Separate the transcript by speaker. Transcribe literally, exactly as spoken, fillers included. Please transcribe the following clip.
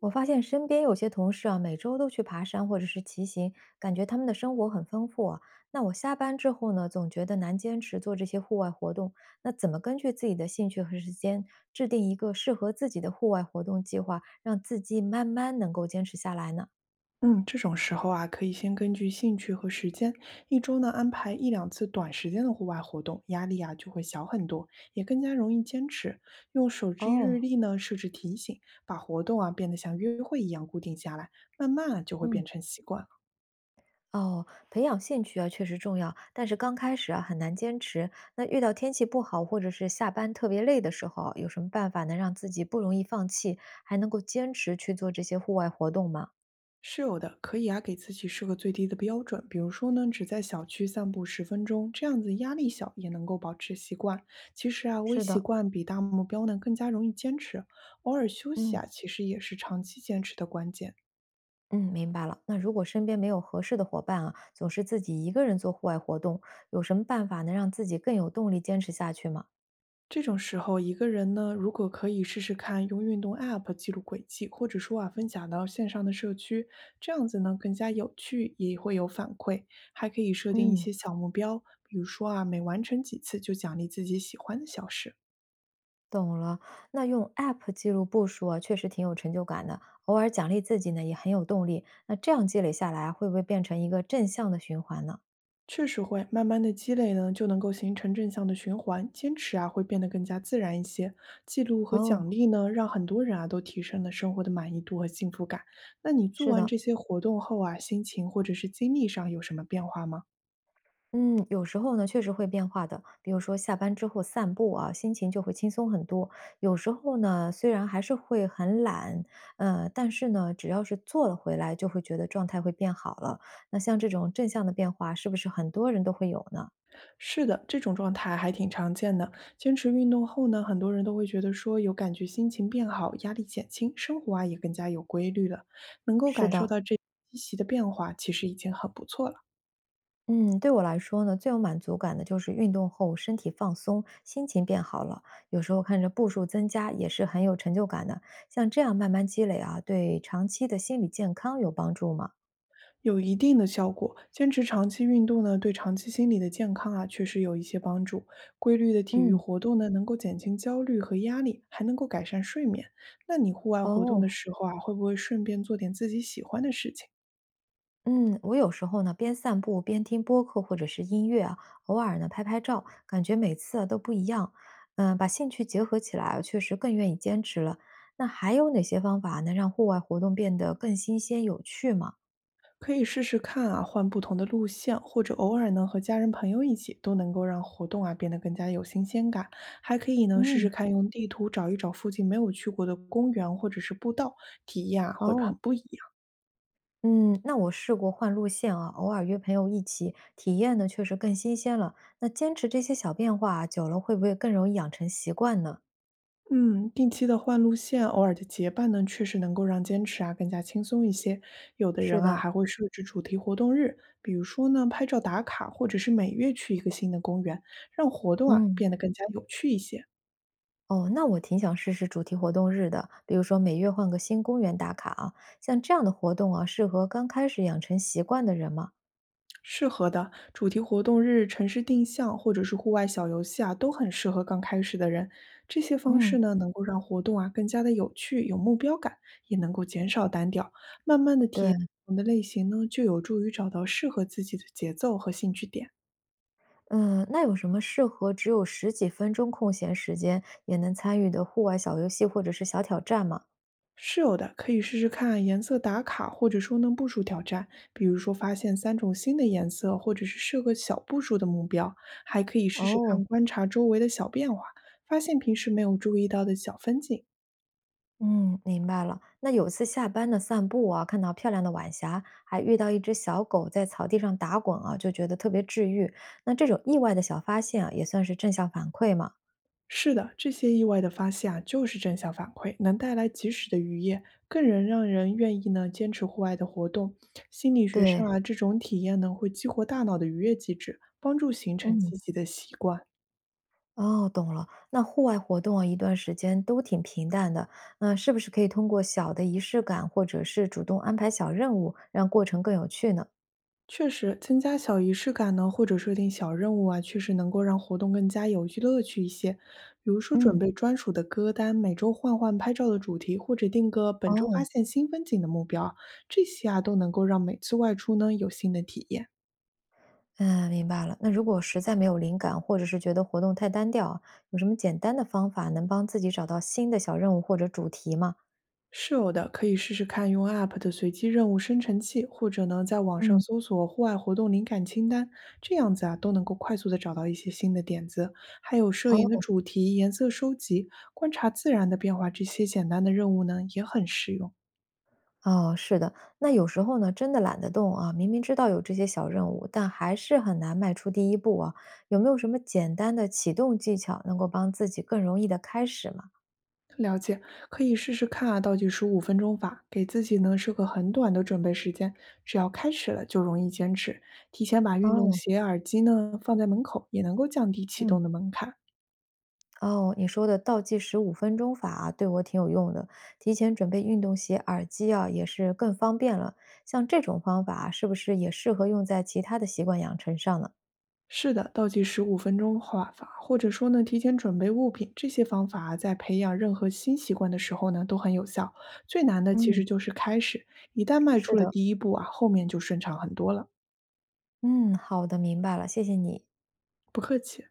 Speaker 1: 我发现身边有些同事啊，每周都去爬山或者是骑行，感觉他们的生活很丰富啊。那我下班之后呢，总觉得难坚持做这些户外活动。那怎么根据自己的兴趣和时间，制定一个适合自己的户外活动计划，让自己慢慢能够坚持下来呢？
Speaker 2: 嗯，这种时候啊，可以先根据兴趣和时间，一周呢安排一两次短时间的户外活动，压力啊就会小很多，也更加容易坚持。用手机日
Speaker 1: 哦，
Speaker 2: 历呢设置提醒，把活动啊变得像约会一样固定下来，慢慢啊就会
Speaker 1: 嗯。
Speaker 2: 变成习惯了。
Speaker 1: 哦，培养兴趣啊，确实重要，但是刚开始啊，很难坚持。那遇到天气不好，或者是下班特别累的时候啊，有什么办法能让自己不容易放弃，还能够坚持去做这些户外活动吗？
Speaker 2: 是有的，可以啊，给自己设个最低的标准，比如说呢，只在小区散步十分钟，这样子压力小，也能够保持习惯。其实啊，微
Speaker 1: 是
Speaker 2: 习
Speaker 1: 的，
Speaker 2: 惯比大目标呢更加容易坚持，偶尔休息
Speaker 1: 嗯。
Speaker 2: 啊，其实也是长期坚持的关键。
Speaker 1: 嗯，明白了。那如果身边没有合适的伙伴啊，总是自己一个人做户外活动，有什么办法能让自己更有动力坚持下去吗？
Speaker 2: 这种时候，一个人呢，如果可以试试看用运动 App 记录轨迹，或者说啊分享到线上的社区，这样子呢更加有趣，也会有反馈。还可以设定一
Speaker 1: 嗯。
Speaker 2: 些小目标，比如说啊每完成几次就奖励自己喜欢的小事。
Speaker 1: 懂了，那用 App 记录步数啊，确实挺有成就感的。偶尔奖励自己呢，也很有动力。那这样积累下来啊会不会变成一个正向的循环呢？
Speaker 2: 确实会，慢慢的积累呢，就能够形成正向的循环，坚持啊会变得更加自然一些。记录和
Speaker 1: 哦，
Speaker 2: 奖励呢，让很多人啊都提升了生活的满意度和幸福感。那你做
Speaker 1: 是
Speaker 2: 完
Speaker 1: 的，
Speaker 2: 这些活动后啊，心情或者是精力上有什么变化吗？
Speaker 1: 嗯，有时候呢，确实会变化的。比如说下班之后散步啊，心情就会轻松很多。有时候呢，虽然还是会很懒，呃，但是呢，只要是做了回来，就会觉得状态会变好了。那像这种正向的变化，是不是很多人都会有呢？
Speaker 2: 是的，这种状态还挺常见的。坚持运动后呢，很多人都会觉得说有感觉，心情变好，压力减轻，生活啊也更加有规律了，能够
Speaker 1: 是
Speaker 2: 感受
Speaker 1: 的，
Speaker 2: 到这积极的变化，其实已经很不错了。
Speaker 1: 嗯，对我来说呢，最有满足感的就是运动后身体放松，心情变好了。有时候看着步数增加，也是很有成就感的。像这样慢慢积累啊，对长期的心理健康有帮助吗？
Speaker 2: 有一定的效果。坚持长期运动呢，对长期心理的健康啊，确实有一些帮助。规律的体育
Speaker 1: 嗯，
Speaker 2: 活动呢，能够减轻焦虑和压力，还能够改善睡眠。那你户外活动的
Speaker 1: 哦，
Speaker 2: 时候啊，会不会顺便做点自己喜欢的事情？
Speaker 1: 嗯，我有时候呢边散步边听播客或者是音乐啊，偶尔呢拍拍照，感觉每次啊都不一样。嗯，把兴趣结合起来啊确实更愿意坚持了。那还有哪些方法能让户外活动变得更新鲜有趣吗？
Speaker 2: 可以试试看啊，换不同的路线，或者偶尔呢和家人朋友一起，都能够让活动啊变得更加有新鲜感。还可以呢试试
Speaker 1: 嗯，
Speaker 2: 看用地图找一找附近没有去过的公园或者是步道，体验啊会
Speaker 1: 哦。
Speaker 2: 很不一样。
Speaker 1: 嗯，那我试过换路线啊，偶尔约朋友一起，体验呢确实更新鲜了。那坚持这些小变化啊久了会不会更容易养成习惯呢？
Speaker 2: 嗯，定期的换路线，偶尔的结伴呢，确实能够让坚持啊更加轻松一些。有的
Speaker 1: 是
Speaker 2: 人啊
Speaker 1: 的，
Speaker 2: 还会设置主题活动日，比如说呢拍照打卡，或者是每月去一个新的公园，让活动啊
Speaker 1: 嗯，
Speaker 2: 变得更加有趣一些。
Speaker 1: 哦，那我挺想试试主题活动日的，比如说每月换个新公园打卡啊，像这样的活动啊，适合刚开始养成习惯的人吗？
Speaker 2: 适合的主题活动日、城市定向或者是户外小游戏啊，都很适合刚开始的人。这些方
Speaker 1: 嗯，
Speaker 2: 式呢，能够让活动啊更加的有趣、有目标感，也能够减少单调。
Speaker 1: 对，
Speaker 2: 不同的类型呢，就有助于找到适合自己的节奏和兴趣点。
Speaker 1: 嗯，那有什么适合只有十几分钟空闲时间也能参与的户外小游戏或者是小挑战吗？
Speaker 2: 是有的，可以试试看颜色打卡，或者说能步数挑战，比如说发现三种新的颜色，或者是设个小步数的目标，还可以试试
Speaker 1: 哦，
Speaker 2: 看观察周围的小变化，发现平时没有注意到的小风景。
Speaker 1: 嗯，明白了。那有次下班的散步啊，看到漂亮的晚霞，还遇到一只小狗在草地上打滚啊，就觉得特别治愈。那这种意外的小发现啊，也算是正向反馈嘛。
Speaker 2: 是的，这些意外的发现啊，就是正向反馈，能带来及时的愉悦，更能让人愿意呢坚持户外的活动。心理学上
Speaker 1: 对，
Speaker 2: 啊，这种体验呢会激活大脑的愉悦机制，帮助形成
Speaker 1: 嗯，
Speaker 2: 积极的习惯。
Speaker 1: 哦，懂了。那户外活动啊，一段时间都挺平淡的，那是不是可以通过小的仪式感，或者是主动安排小任务，让过程更有趣呢？
Speaker 2: 确实，增加小仪式感呢，或者设定小任务啊，确实能够让活动更加有趣乐趣一些。比如说，准
Speaker 1: 嗯，
Speaker 2: 备专属的歌单，每周换换拍照的主题，或者定个本周发
Speaker 1: 哦。
Speaker 2: 现新风景的目标啊，这些啊都能够让每次外出呢有新的体验。
Speaker 1: 嗯，明白了。那如果实在没有灵感，或者是觉得活动太单调啊有什么简单的方法能帮自己找到新的小任务或者主题吗？
Speaker 2: 是有的，可以试试看用 App 的随机任务生成器，或者呢，在网上
Speaker 1: 嗯，
Speaker 2: 搜索户外活动灵感清单，这样子啊，都能够快速的找到一些新的点子。还有摄影的
Speaker 1: 哦
Speaker 2: 主题、颜色收集、观察自然的变化，这些简单的任务呢，也很实用。
Speaker 1: 哦，是的。那有时候呢，真的懒得动啊，明明知道有这些小任务，但还是很难迈出第一步啊。有没有什么简单的启动技巧，能够帮自己更容易的开始吗？
Speaker 2: 了解，可以试试看啊，倒计时五分钟法，给自己呢设个很短的准备时间，只要开始了就容易坚持。提前把运动
Speaker 1: 哦，
Speaker 2: 鞋、耳机呢放在门口，也能够降低启
Speaker 1: 嗯。
Speaker 2: 动的门槛。
Speaker 1: 哦，你说的倒计时五分钟法啊对我挺有用的。提前准备运动鞋、耳机啊，也是更方便了。像这种方法啊是不是也适合用在其他的习惯养成上呢？
Speaker 2: 是的，倒计时五分钟画法，或者说呢，提前准备物品，这些方法啊在培养任何新习惯的时候呢，都很有效。最难的其
Speaker 1: 嗯，
Speaker 2: 实就是开始，一旦迈
Speaker 1: 是
Speaker 2: 出了
Speaker 1: 的，
Speaker 2: 第一步啊，后面就顺畅很多了。
Speaker 1: 嗯，好的，明白了，谢谢你。
Speaker 2: 不客气。